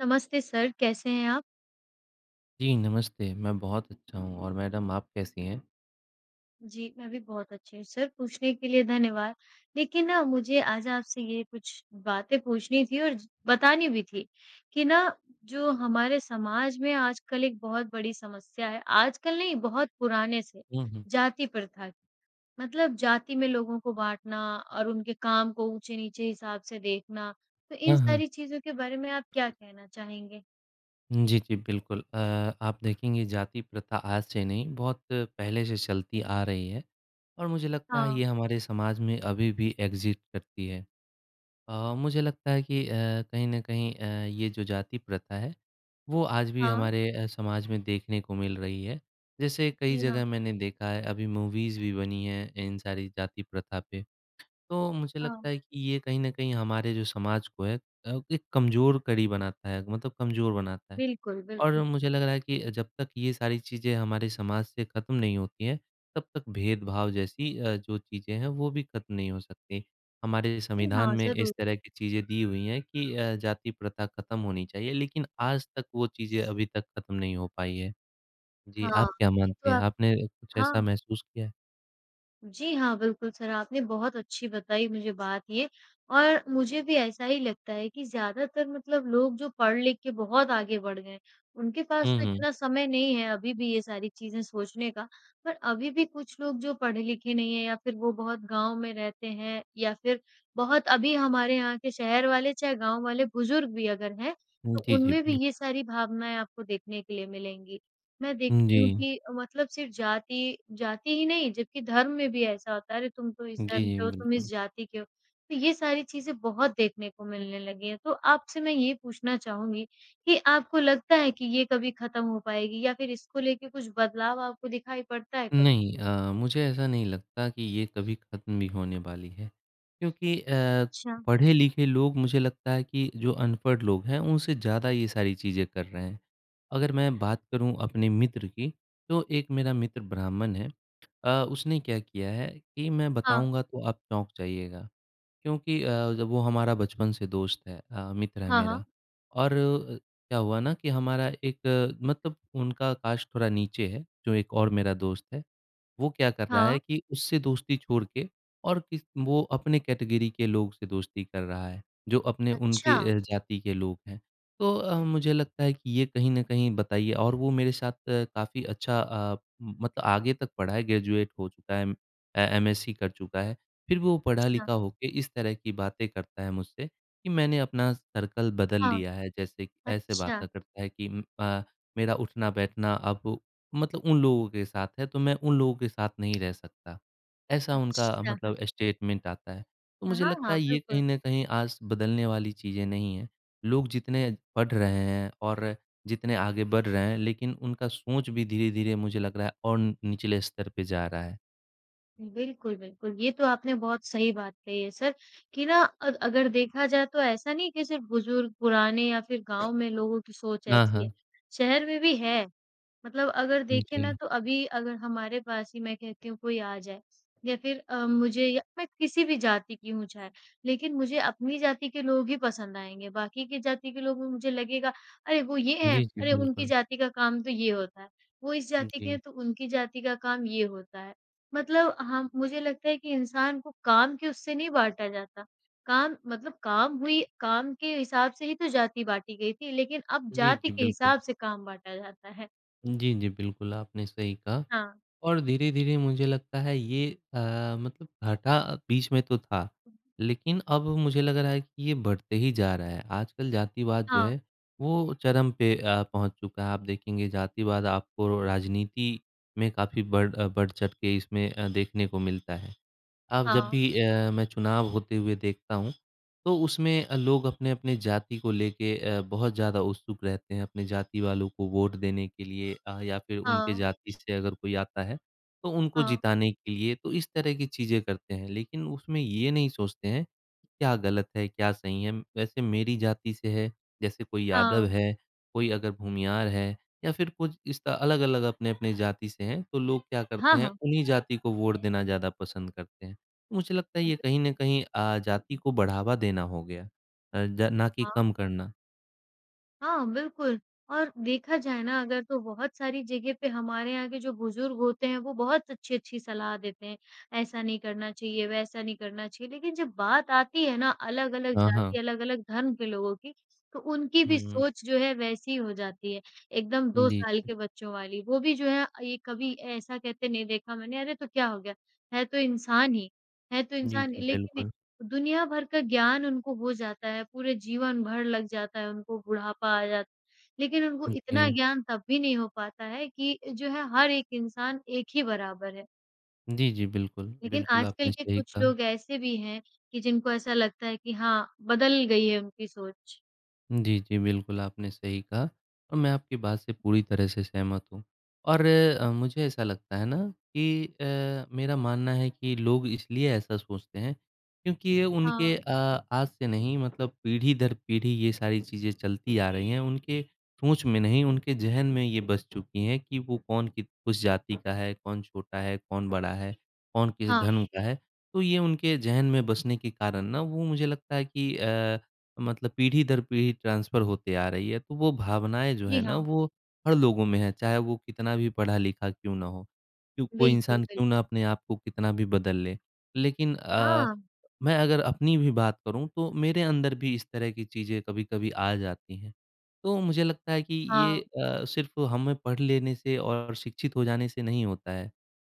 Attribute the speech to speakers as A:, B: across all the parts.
A: नमस्ते सर, कैसे हैं आप?
B: जी, नमस्ते। मैं बहुत अच्छा हूँ और मैडम आप कैसी हैं?
A: जी, मैं भी बहुत अच्छी हूँ। सर, पूछने के लिए धन्यवाद। लेकिन ना मुझे आज आपसे ये कुछ बातें पूछनी थी और ज बतानी भी थी कि ना जो हमारे समाज में आजकल एक बहुत बड़ी समस्या है, आजकल नहीं बहुत पुराने से,
B: हुँ, हुँ।
A: जाति प्रथा की। मतलब जाति में लोगों को बाँटना और उनके काम को ऊँचे-नीचे हिसाब से देखना, तो इन
B: हाँ, हाँ।
A: सारी चीज़ों के बारे में आप क्या कहना चाहेंगे?
B: जी, जी, बिल्कुल। आप देखेंगे जाति प्रथा आज से नहीं, बहुत पहले से चलती आ रही है और मुझे लगता है
A: हाँ,
B: ये हमारे समाज में अभी भी एग्ज़िस्ट करती है। मुझे लगता है कि कहीं न कहीं ये जो जाति प्रथा है, वो आज भी
A: हाँ।
B: हमारे समाज में देखने को मिल रही है। जैसे कई
A: जी हाँ,
B: जगह मैंने देखा है, अभी मूवीज़ भी बनी हैं इन सारी जाति प्रथा पे। तो मुझे
A: हाँ।
B: लगता है कि ये कहीं न कहीं हमारे जो समाज को है एक कमज़ोर कड़ी बनाता है, मतलब कमज़ोर बनाता है।
A: बिल्कुल,
B: और
A: बिल्कुल।
B: मुझे लग रहा है कि जब तक ये सारी चीज़ें हमारे समाज से ख़त्म नहीं होती हैं, तब तक भेदभाव जैसी जो चीज़ें हैं वो भी ख़त्म नहीं हो सकती। हमारे
A: जी
B: संविधान
A: हाँ,
B: में इस
A: ज़रूर।
B: तरह की चीज़ें दी हुई हैं कि जाति प्रथा ख़त्म होनी चाहिए, लेकिन आज तक वो चीज़ें अभी तक ख़त्म नहीं हो पाई है। जी,
A: हाँ,
B: आप क्या
A: ये
B: मानते
A: तो
B: हैं?
A: आप
B: आपने कुछ ऐसा
A: हाँ,
B: महसूस किया है?
A: जी हाँ, बिल्कुल सर, आपने बहुत अच्छी बताई मुझे बात ये और मुझे भी ऐसा ही लगता है कि ज़्यादातर मतलब लोग जो पढ़-लिख के बहुत आगे बढ़ गए हैं, उनके पास
B: हुँ,
A: तो
B: हुँ।
A: इतना समय नहीं है अभी भी ये सारी चीज़ें सोचने का। पर अभी भी कुछ लोग जो पढ़े-लिखे नहीं हैं या फिर वो बहुत गाँव में रहते हैं या फिर बहुत अभी हमारे यहाँ के शहर वाले चाहे गाँव वाले बुज़ुर्ग भी अगर हैं, तो
B: जी, जी,
A: उनमें भी
B: बिल्कुल।
A: ये सारी भावनाएँ आपको देखने के लिए मिलेंगी। मैं देखती
B: जी।
A: हूँ कि मतलब सिर्फ़ जाति जाति ही नहीं जबकि धर्म में भी ऐसा होता है, अरे तुम तो इस
B: जी,
A: धर्म
B: जी,
A: के हो, तुम
B: बिल्कुल।
A: इस जाति के हो। तो ये सारी चीज़ें बहुत देखने को मिलने लगी हैं। तो आपसे मैं ये पूछना चाहूँगी कि आपको लगता है कि ये कभी ख़त्म हो पाएगी या फिर इसको लेके कुछ बदलाव आपको दिखाई पड़ता है कभी?
B: नहीं मुझे ऐसा नहीं लगता कि ये कभी ख़त्म भी होने वाली है। क्योंकि
A: अच्छा।
B: पढ़े-लिखे लोग मुझे लगता है कि जो अनपढ़ लोग हैं, उनसे ज़्यादा ये सारी चीज़ें कर रहे हैं। अगर मैं बात करूँ अपने मित्र की, तो एक मेरा मित्र ब्राह्मण है। उसने क्या किया है कि मैं
A: हाँ।
B: बताऊँगा तो आप चौंक जाइएगा। क्योंकि जब वो हमारा बचपन से दोस्त है मित्र है
A: हाँ, हाँ।
B: मेरा और क्या हुआ ना कि हमारा एक मतलब उनका कास्ट थोड़ा नीचे है, जो एक और मेरा दोस्त है। वो क्या कर रहा है
A: हाँ।
B: कि उससे दोस्ती छोड़ के और किस वो अपने कैटेगरी के लोग से दोस्ती कर रहा है, जो अपने उनके
A: अच्छा,
B: जाति के लोग हैं। तो मुझे लगता है कि ये कहीं न कहीं बताइए और वो मेरे साथ काफ़ी अच्छा मतलब आगे तक पढ़ा है, ग्रेजुएट हो चुका है, एमएससी कर चुका है। फिर भी वो
A: अच्छा।
B: पढ़ा-लिखा होके इस तरह की बातें करता है मुझसे कि मैंने अपना सर्कल बदल
A: हाँ।
B: लिया है। जैसे कि ऐसे
A: अच्छा,
B: बातें करता है कि मेरा उठना-बैठना अब मतलब उन लोगों के साथ है, तो मैं उन लोगों के साथ नहीं रह सकता। ऐसा उनका
A: अच्छा।
B: मतलब स्टेटमेंट आता है। तो
A: हाँ,
B: मुझे
A: हाँ,
B: लगता
A: हाँ
B: है ये कहीं
A: बिल्कुल।
B: न कहीं आज बदलने वाली चीज़ें नहीं हैं। लोग जितने पढ़ रहे हैं और जितने आगे बढ़ रहे हैं, लेकिन उनका सोच भी धीरे-धीरे मुझे लग रहा है और निचले स्तर पे जा रहा है।
A: बिल्कुल, बिल्कुल। ये तो आपने बहुत सही बात कही है सर कि ना अगर देखा जाए तो ऐसा नहीं है कि सिर्फ़ बुज़ुर्ग, पुराने या फिर गाँव में लोगों की सोच
B: हाँ,
A: ऐसी
B: हाँ।
A: है। शहर में भी है। मतलब अगर देखें ना
B: जी।
A: तो अभी अगर हमारे पास ही मैं कहती हूँ कोई आ जाए या फिर मुझे या मैं किसी भी जाति की हूँ चाहे, लेकिन मुझे अपनी जाति के लोग ही पसंद आएँगे। बाकी की जाति के लोग में मुझे लगेगा अरे वो ये हैं,
B: जी, जी,
A: अरे उनकी
B: बिल्कुल।
A: जाति का काम तो ये होता है, वो इस जाति के
B: जी।
A: हैं तो उनकी जाति का काम ये होता है। मतलब हम मुझे लगता है कि इंसान को काम के उससे नहीं बाँटा जाता। काम मतलब काम हुई काम के हिसाब से ही तो जाति बाँटी गई थी, लेकिन अब
B: जी,
A: जाति
B: जी,
A: के
B: बिल्कुल।
A: हिसाब से काम बाँटा जाता है।
B: जी, जी, बिल्कुल, आपने सही कहा।
A: हाँ।
B: और धीरे-धीरे मुझे लगता है ये मतलब घटा बीच में तो था, लेकिन अब मुझे लग रहा है कि ये बढ़ते ही जा रहा है। आजकल जातिवाद जो
A: हाँ,
B: है, वो चरम पे पहुँच चुका है। आप देखेंगे जातिवाद आपको राजनीति में काफ़ी बढ़-चढ़ के इसमें देखने को मिलता है। अब जब
A: हाँ,
B: भी मैं चुनाव होते हुए देखता हूँ, तो उसमें लोग अपने-अपने जाति को लेके बहुत ज़्यादा उत्सुक रहते हैं, अपने जाति वालों को वोट देने के लिए या फिर उनके
A: हाँ,
B: जाति से अगर कोई आता है, तो उनको
A: हाँ,
B: जिताने के लिए, तो इस तरह की चीज़ें करते हैं। लेकिन उसमें ये नहीं सोचते हैं, कि क्या गलत है, क्या सही है? वैसे मेरी जाति से है, जैसे कोई यादव है, कोई अगर भूमियार है या फिर कुछ इस त अलग-अलग अपने-अपने जाति से हैं, तो लोग क्या
A: हाँ,
B: करते
A: हाँ,
B: हैं,
A: हाँ।
B: उन्हीं जाति को वोट देना ज़्यादा पसंद करते हैं। मुझे लगता है ये
A: बिल
B: कहीं न कहीं जाति को बढ़ावा देना हो गया अ, ज ना कि
A: हाँ,
B: कम करना।
A: हाँ, बिल्कुल और देखा जाए ना अगर तो बहुत सारी जगह पे हमारे यहाँ के जो बुज़ुर्ग होते हैं वो बहुत अच्छी-अच्छी सलाह देते हैं, ऐसा नहीं करना चाहिए, वैसा नहीं करना चाहिए। लेकिन जब बात आती है ना अलग-अलग
B: हाँ, हाँ।
A: जाति, अलग-अलग धर्म के लोगों की, तो उनकी भी
B: हुँ,
A: सोच जो है वैसी हो जाती है, एकदम 2
B: जी,
A: साल
B: जी,
A: के बच्चों वाली। वो भी जो है ये कभी ऐसा कहते नहीं देखा मैंने, "अरे! तो क्या हो गया? है तो इंसान ही, है तो
B: जी,
A: इंसान
B: जी,
A: ही।" लेकिन
B: बिल्कुल।
A: दुनिया भर का ज्ञान उनको हो जाता है, पूरे जीवन भर लग जाता है उनको, बुढ़ापा आ जाता लेकिन उनको इतना
B: जी,
A: ज्ञान तब भी नहीं हो पाता है कि जो है हर एक इंसान एक ही बराबर है।
B: जी, बिल्कुल,
A: लेकिन
B: बिल्कुल
A: आजकल
B: आपने
A: के
B: सही
A: कुछ
B: कहा।
A: लोग ऐसे भी हैं कि जिनको ऐसा लगता है कि हाँ, बदल गई है उनकी सोच।
B: जी, जी, बिल्कुल, आपने सही कहा और मैं आपकी बात से पूरी तरह से सहमत हूँ और मुझे ऐसा लगता है ना कि मेरा मानना है कि लोग इसलिए ऐसा सोचते हैं क्योंकि ये उनके
A: हाँ,
B: आज से नहीं मतलब पीढ़ी दर पीढ़ी ये सारी चीज़ें चलती आ रही हैं। उनके सोच में नहीं, उनके ज़हन में ये बस चुकी हैं कि वो कौन कित किस जाति का है, कौन छोटा है, कौन बड़ा है, कौन किस
A: हाँ।
B: धर्म का है। तो ये उनके ज़हन में बसने के कारण ना वो मुझे लगता है कि मतलब पीढ़ी दर पीढ़ी ट्रांसफ़र होते आ रही है, तो वो भावनाएँ जो
A: जी
B: हैं ना,
A: हाँ,
B: वो हर लोगों में है, चाहे वो कितना भी पढ़ा-लिखा क्यों ना हो, क्यों कोई
A: बिल्कुल,
B: इंसान क्यों ना
A: बिल्कुल।
B: अपने आप को कितना भी बदल ले। लेकिन
A: हाँ,
B: मैं अगर अपनी भी बात करूँ, तो मेरे अंदर भी इस तरह की चीज़ें कभी-कभी आ जाती हैं। तो मुझे लगता है कि ये
A: हाँ,
B: सिर्फ़ हमें पढ़ लेने से और शिक्षित हो जाने से नहीं होता है।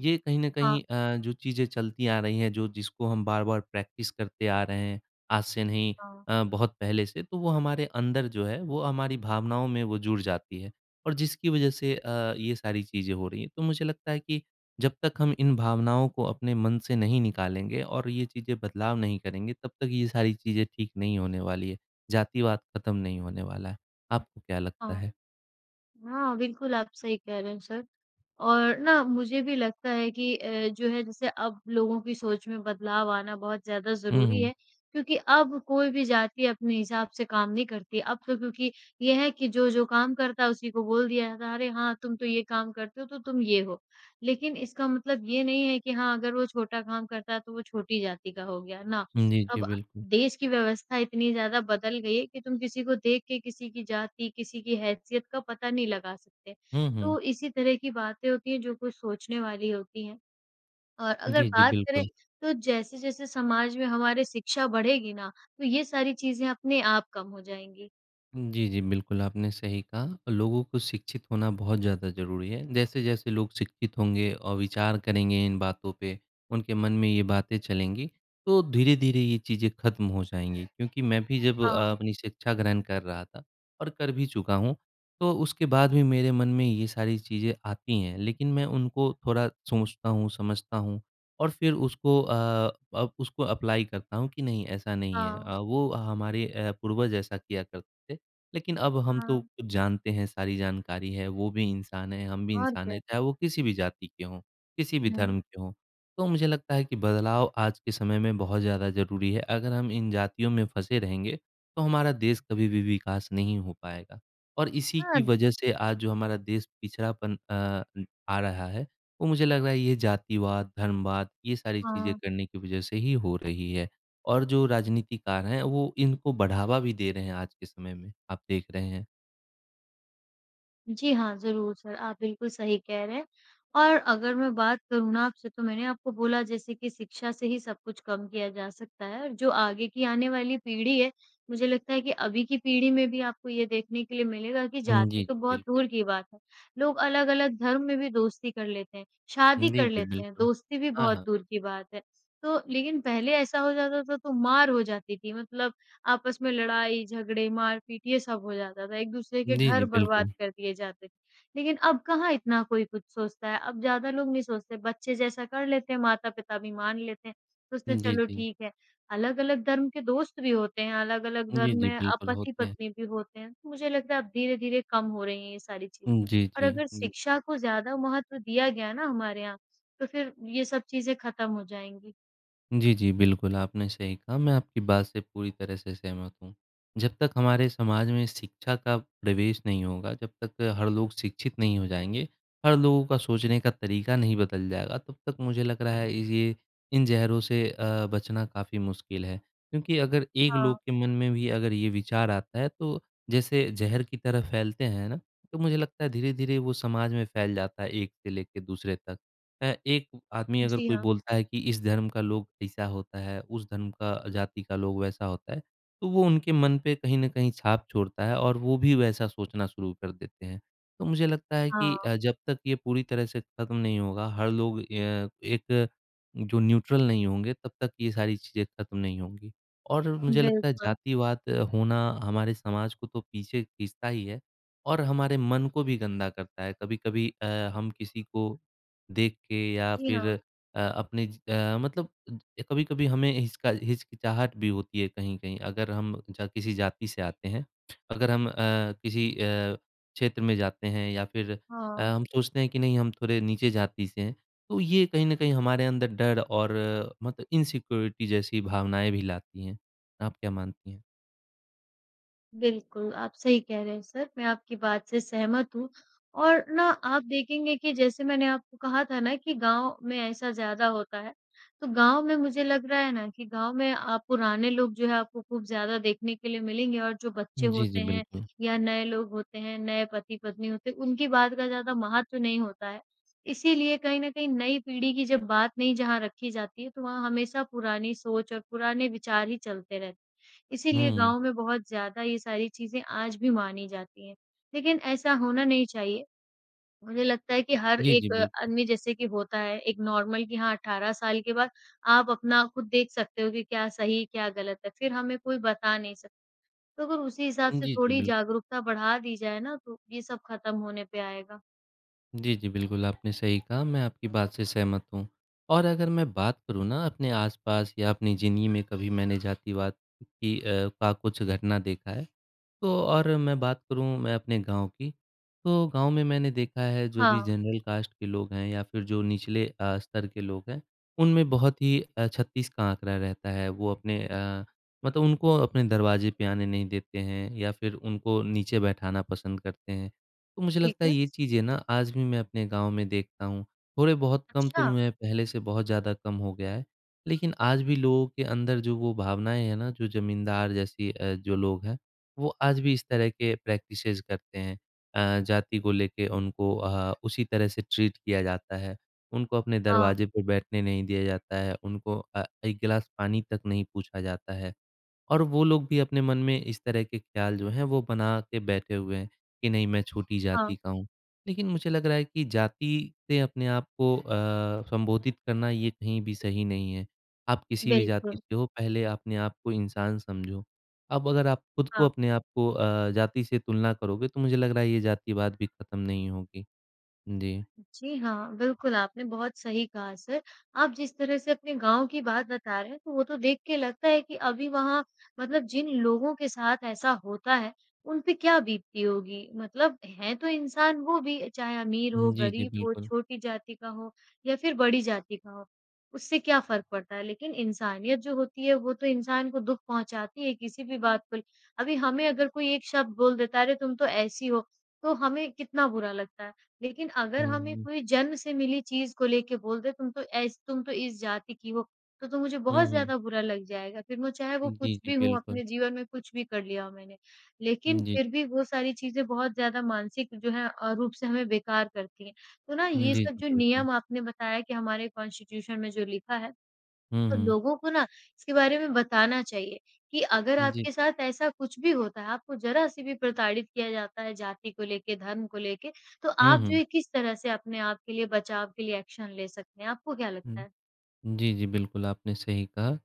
B: ये कहीं न
A: हाँ,
B: कहीं जो चीज़ें चलती आ रही हैं, जो जिसको हम बार-बार प्रैक्टिस करते आ रहे हैं, आज से नहीं
A: हाँ,
B: बहुत पहले से, तो वो हमारे अंदर जो है, वो हमारी भावनाओं में वो जुड़ जाती है और जिसकी वजह से ये सारी चीज़ें हो रही हैं। तो मुझे लगता है कि जब तक हम इन भावनाओं को अपने मन से नहीं निकालेंगे और ये चीज़ें बदलाव नहीं करेंगे, तब तक ये सारी चीज़ें ठीक नहीं होने वाली है। जातिवाद खत्म नहीं होने वाला है। आपको क्या लगता
A: हाँ।
B: है?
A: हाँ, बिल्कुल आप सही कह रहे हैं सर। और ना मुझे भी लगता है कि जो है जैसे अब लोगों की सोच में बदलाव आना बहुत ज़्यादा
B: हुँ,
A: ज़रूरी
B: हुँ।
A: है, क्योंकि अब कोई भी जाति अपने हिसाब से काम नहीं करती। अब तो क्योंकि ये है कि जो-जो काम करता है उसी को बोल दिया जाता है, "अरे हाँ, तुम तो ये काम करते हो तो तुम ये हो।" लेकिन इसका मतलब ये नहीं है कि हाँ, अगर वो छोटा काम करता है तो वो छोटी जाति का हो गया, ना।
B: जी, जी,
A: अब
B: बिल्कुल।
A: देश की व्यवस्था इतनी ज़्यादा बदल गई है कि तुम किसी को देख के किसी की जाति, किसी की हैसियत का पता नहीं लगा सकते।
B: हुँ, हुँ।
A: तो इसी तरह की बातें होती हैं जो कुछ सोचने वाली होती हैं। और अगर
B: जी, जी,
A: बात करें
B: बिल्कुल।
A: तो जैसे-जैसे समाज में हमारी शिक्षा बढ़ेगी ना, तो ये सारी चीज़ें अपने आप कम हो जाएँगी।
B: जी, जी, बिल्कुल, आपने सही कहा। लोगों को शिक्षित होना बहुत ज़्यादा ज़रूरी है। जैसे-जैसे लोग शिक्षित होंगे और विचार करेंगे इन बातों पे, उनके मन में ये बातें चलेंगी, तो धीरे-धीरे ये चीज़ें खत्म हो जाएँगी। क्योंकि मैं भी जब
A: हाँ,
B: अपनी शिक्षा ग्रहण कर रहा था और कर भी चुका हूँ, तो उसके बाद भी मेरे मन में ये सारी चीज़ें आती हैं। लेकिन मैं उनको थोड़ा सोचता हूँ, समझता हूँ और फिर अब उसको अप्लाई करता हूँ कि नहीं, ऐसा नहीं है।
A: हाँ,
B: वो हमारे पूर्वज ऐसा किया करते थे। लेकिन अब हम
A: हाँ।
B: तो कुछ जानते हैं, सारी जानकारी है, वो भी इंसान है, हम भी
A: और
B: इंसान
A: क्या?
B: हैं, चाहे वो किसी भी जाति के हों, किसी भी
A: हुँ।
B: धर्म के हों। तो मुझे लगता है कि बदलाव आज के समय में बहुत ज़्यादा ज़रूरी है। अगर हम इन जातियों में फँसे रहेंगे, तो हमारा देश कभी भी विकास नहीं हो पाएगा। और इसी
A: हाँ,
B: की वजह से आज जो हमारा देश पिछड़ापन आ रहा है, वो मुझे लग रहा है ये जातिवाद, धर्मवाद, ये सारी चीज़ें
A: हाँ।
B: करने की वजह से ही हो रही है। और जो राजनीतिकार हैं, वो इनको बढ़ावा भी दे रहे हैं आज के समय में, आप देख रहे हैं।
A: जी हाँ, ज़रूर सर, आप बिल्कुल सही कह रहे हैं। और अगर मैं बात करूँ ना आपसे तो मैंने आपको बोला जैसे कि शिक्षा से ही सब कुछ कम किया जा सकता है और जो आगे की आने वाली पीढ़ी है, मुझे लगता है कि अभी की पीढ़ी में भी आपको ये देखने के लिए मिलेगा कि
B: हुँ,
A: जाति
B: जी,
A: तो
B: जी,
A: बहुत
B: बिल्कुल।
A: दूर की बात है। लोग अलग-अलग धर्म में भी दोस्ती कर लेते हैं, शादी
B: जी,
A: कर
B: जी,
A: लेते हैं,
B: बिल्कुल।
A: दोस्ती भी
B: हाँ,
A: बहुत
B: हाँ।
A: दूर की बात है। तो लेकिन पहले ऐसा हो जाता था तो मार हो जाती थी मतलब आपस में लड़ाई, झगड़े, मार-पीट ये सब हो जाता था, एक-दूसरे के
B: जी, जी,
A: घर बर्बाद
B: बिल्कुल।
A: कर दिए जाते थे। लेकिन अब कहाँ इतना कोई कुछ सोचता है, अब ज़्यादा लोग नहीं सोचते, बच्चे जैसा कर लेते हैं, माता-पिता भी मान लेते हैं, सोचते हैं
B: जी,
A: चलो
B: जी।
A: ठीक है। अलग-अलग धर्म के दोस्त भी होते हैं, अलग-अलग
B: जी,
A: धर्म
B: जी,
A: में
B: बिल्कुल होते हैं।
A: पति-पत्नी भी होते हैं, तो मुझे लगता है अब धीरे-धीरे कम हो रही हैं ये सारी चीज़ें।
B: जी,
A: और
B: जी।
A: अगर
B: जी।
A: शिक्षा को ज़्यादा महत्व दिया गया ना हमारे यहाँ, तो फिर ये सब चीज़ें खत्म हो जाएँगी।
B: जी, जी, बिल्कुल, आपने सही कहा, मैं आपकी बात से पूरी तरह से सहमत हूँ। जब तक हमारे समाज में शिक्षा का प्रवेश नहीं होगा, जब तक हर लोग शिक्षित नहीं हो जाएँगे, हर लोगों का सोचने का तरीका नहीं बदल जाएगा, तब तक मुझे लग रहा है ये इन ज़हरों से बचना काफ़ी मुश्किल है। क्योंकि अगर एक
A: हाँ,
B: लोग के मन में भी अगर ये विचार आता है, तो जैसे ज़हर की तरह फैलते हैं ना, तो मुझे लगता है धीरे-धीरे वो समाज में फैल जाता है, एक से लेके दूसरे तक। एक आदमी अगर
A: जी
B: कोई
A: हाँ।
B: बोलता है कि इस धर्म का लोग ऐसा होता है, उस धर्म का जाति का लोग वैसा होता है, तो वो उनके मन पे कहीं न कहीं छाप छोड़ता है और वो भी वैसा सोचना शुरू कर देते हैं। तो मुझे लगता है कि
A: हाँ,
B: जब तक ये पूरी तरह से खत्म नहीं होगा, हर लोग एक जो न्यूट्रल नहीं होंगे, तब तक ये सारी चीज़ें खत्म नहीं होंगी। और मुझे लगता है
A: बिल्कुल।
B: जातिवाद होना हमारे समाज को तो पीछे खींचता ही है और हमारे मन को भी गंदा करता है। कभी-कभी हम किसी को देख के या
A: जी
B: फिर
A: हाँ।
B: मतलब कभी-कभी हमें हिचका हिचकिचाहट भी होती है कहीं-कहीं अगर हम जा किसी जाति से आते हैं, अगर हम किसी क्षेत्र में जाते हैं या फिर
A: हाँ,
B: हम सोचते हैं कि नहीं हम थोड़े नीचे जाति से हैं, तो ये कहीं न कहीं हमारे अंदर डर और मतलब इनसिक्योरिटी जैसी भावनाएँ भी लाती हैं। आप क्या मानती हैं?
A: बिल्कुल, आप सही कह रहे हैं सर, मैं आपकी बात से सहमत हूँ और ना आप देखेंगे कि जैसे मैंने आपको कहा था ना कि गाँव में ऐसा ज़्यादा होता है, तो गाँव में मुझे लग रहा है ना कि गाँव में आप पुराने लोग जो है आपको खूब ज़्यादा देखने के लिए मिलेंगे और जो बच्चे
B: जी, जी,
A: होते हैं
B: बिल्कुल।
A: या नए लोग होते हैं, नए पति-पत्नी होते हैं, उनकी बात का ज़्यादा महत्व नहीं होता है। इसीलिए कहीं न कहीं नई पीढ़ी की जब बात नहीं जहाँ रखी जाती है, तो वहाँ हमेशा पुरानी सोच और पुराने विचार ही चलते रहते हैं। इसीलिए
B: हुँ।
A: गाँव में बहुत ज़्यादा ये सारी चीज़ें आज भी मानी जाती हैं। लेकिन ऐसा होना नहीं चाहिए। मुझे लगता है कि हर
B: जी, जी,
A: एक
B: बिल्कुल।
A: आदमी जैसे कि होता है एक नॉर्मल कि हाँ 18 साल के बाद आप अपना खुद देख सकते हो कि क्या सही, क्या गलत है, फिर हमें कोई बता नहीं सकता। तो अगर उसी हिसाब से
B: जी, जी,
A: थोड़ी
B: बिल्कुल।
A: जागरूकता बढ़ा दी जाए ना तो ये सब खत्म होने पे आएगा।
B: जी, जी, बिल्कुल, आपने सही कहा, मैं आपकी बात से सहमत हूँ। और अगर मैं बात करूँ ना अपने आस-पास या अपनी ज़िंदगी में कभी मैंने जातिवाद की अ, का कुछ घटना देखा है, तो और मैं बात करूँ मैं अपने गाँव की, तो गाँव में मैंने देखा है जो भी
A: हाँ,
B: जनरल कास्ट के लोग हैं या फिर जो निचले स्तर के लोग हैं, उनमें बहुत ही 36 का आँकड़ा रहता है। वो अपने मतलब उनको अपने दरवाजे पे आने नहीं देते हैं या फिर उनको नीचे बैठाना पसंद करते हैं। तो मुझे
A: ठीक
B: लगता है
A: है।
B: ये चीज़ें ना आज भी मैं अपने गाँव में देखता हूँ, थोड़े बहुत कम तो
A: अच्छा।
B: हुए हैं पहले से बहुत ज़्यादा कम हो गया है। लेकिन आज भी लोगों के अंदर जो वो भावनाएँ हैं ना, जो ज़मींदार जैसी जो लोग हैं, वो आज भी इस तरह के प्रैक्टिसेज़ करते हैं। जाति को लेके उनको उसी तरह से ट्रीट किया जाता है। उनको अपने
A: हाँ,
B: दरवाजे पे बैठने नहीं दिया जाता है। उनको एक गिलास पानी तक नहीं पूछा जाता है। और वो लोग भी अपने मन में इस तरह के ख्याल जो हैं वो बना के बैठे हुए हैं कि नहीं मैं छोटी
A: हाँ,
B: जाति का हूँ। लेकिन मुझे लग रहा है कि जाति से अपने आप को संबोधित करना ये कहीं भी सही नहीं है। आप किसी भी जाति
A: बिल्कुल।
B: से हो पहले अपने आप को इंसान समझो। अब अगर आप खुद को
A: हाँ।
B: अपने आप को जाति से तुलना करोगे तो मुझे लग रहा है ये जातिवाद भी खत्म नहीं होगी। जी।
A: जी हाँ, बिल्कुल आपने बहुत सही कहा सर। आप जिस तरह से अपने गाँव की बात बता रहे हैं तो वो तो देख के लगता है कि अभी वहाँ मतलब जिन लोगों के साथ ऐसा होता है, उन पे क्या बीतती होगी। मतलब हैं तो इंसान वो भी चाहे अमीर हो,
B: जी, जी,
A: गरीब हो,
B: बिल्कुल।
A: छोटी जाति का हो या फिर बड़ी जाति का हो, उससे क्या फ़र्क पड़ता है। लेकिन इंसानियत जो होती है वो तो इंसान को दुःख पहुँचाती है किसी भी बात को। अभी हमें अगर कोई एक शब्द बोल देता है, अरे तुम तो ऐसी हो, तो हमें कितना बुरा लगता है। लेकिन अगर
B: हुँ,
A: हमें
B: हुँ।
A: कोई जन्म से मिली चीज़ को लेके बोल दे तुम तो ऐस तुम तो इस जाति की हो, तो मुझे
B: हुँ,
A: बहुत
B: हुँ।
A: ज़्यादा बुरा लग जाएगा। फिर मैं चाहे वो
B: जी,
A: कुछ
B: जी,
A: भी हूँ,
B: बिल्कुल।
A: अपने जीवन में कुछ भी कर लिया हो मैंने। लेकिन
B: जी,
A: फिर
B: जी।
A: भी वो सारी चीज़ें बहुत ज़्यादा मानसिक जो है रूप से हमें बेकार करती हैं। तो ना
B: जी,
A: ये
B: जी,
A: सब जो
B: बिल्कुल।
A: नियम आपने बताया कि हमारे कॉन्स्टिट्यूशन में जो लिखा है
B: हुँ,
A: तो
B: हुँ।
A: लोगों को ना इसके बारे में बताना चाहिए कि अगर
B: जी।
A: आपके साथ ऐसा कुछ भी होता है, आपको ज़रा-सी भी प्रताड़ित किया जाता है जाति को लेके, धर्म को लेके, तो
B: हुँ,
A: आप जो
B: हुँ।
A: है किस तरह से अपने आप के लिए बचाव के लिए एक्शन ले सकते हैं? आपको क्या लगता
B: हुँ।
A: है?
B: जी, जी, बिल्कुल आपने सही कहा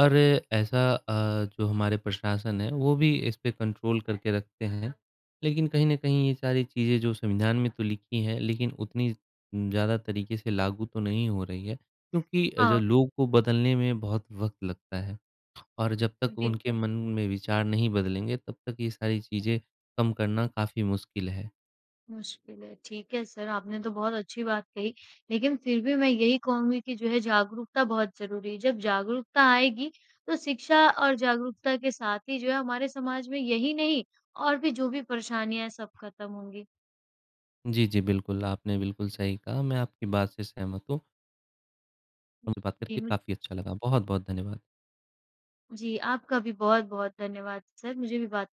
B: और ऐसा जो हमारे प्रशासन है वो भी इस पे कंट्रोल करके रखते हैं। लेकिन कहीं न कहीं ये सारी चीज़ें जो संविधान में तो लिखी हैं लेकिन उतनी ज़्यादा तरीके से लागू तो नहीं हो रही है क्योंकि जो
A: हाँ,
B: लोग को बदलने में बहुत वक़्त लगता है और जब तक उनके
A: बिल्कुल,
B: मन में विचार नहीं बदलेंगे तब तक ये सारी चीज़ें कम करना काफ़ी मुश्किल है।
A: मुश्किल है। ठीक है सर, आपने तो बहुत अच्छी बात कही, लेकिन फिर भी मैं यही कहूँगी कि जो है जागरूकता बहुत ज़रूरी है। जब जागरूकता आएगी, तो शिक्षा और जागरूकता के साथ ही जो है हमारे समाज में यही नहीं और भी जो भी परेशानियाँ हैं सब खत्म होंगी।
B: जी, जी, बिल्कुल आपने बिल्कुल सही कहा, मैं आपकी बात से सहमत हूँ। मुझे बात
A: जी,
B: करके
A: मुझ
B: काफ़ी अच्छा लगा। बहुत-बहुत धन्यवाद।
A: जी, आपका भी बहुत-बहुत धन्यवाद सर, मुझे भी बात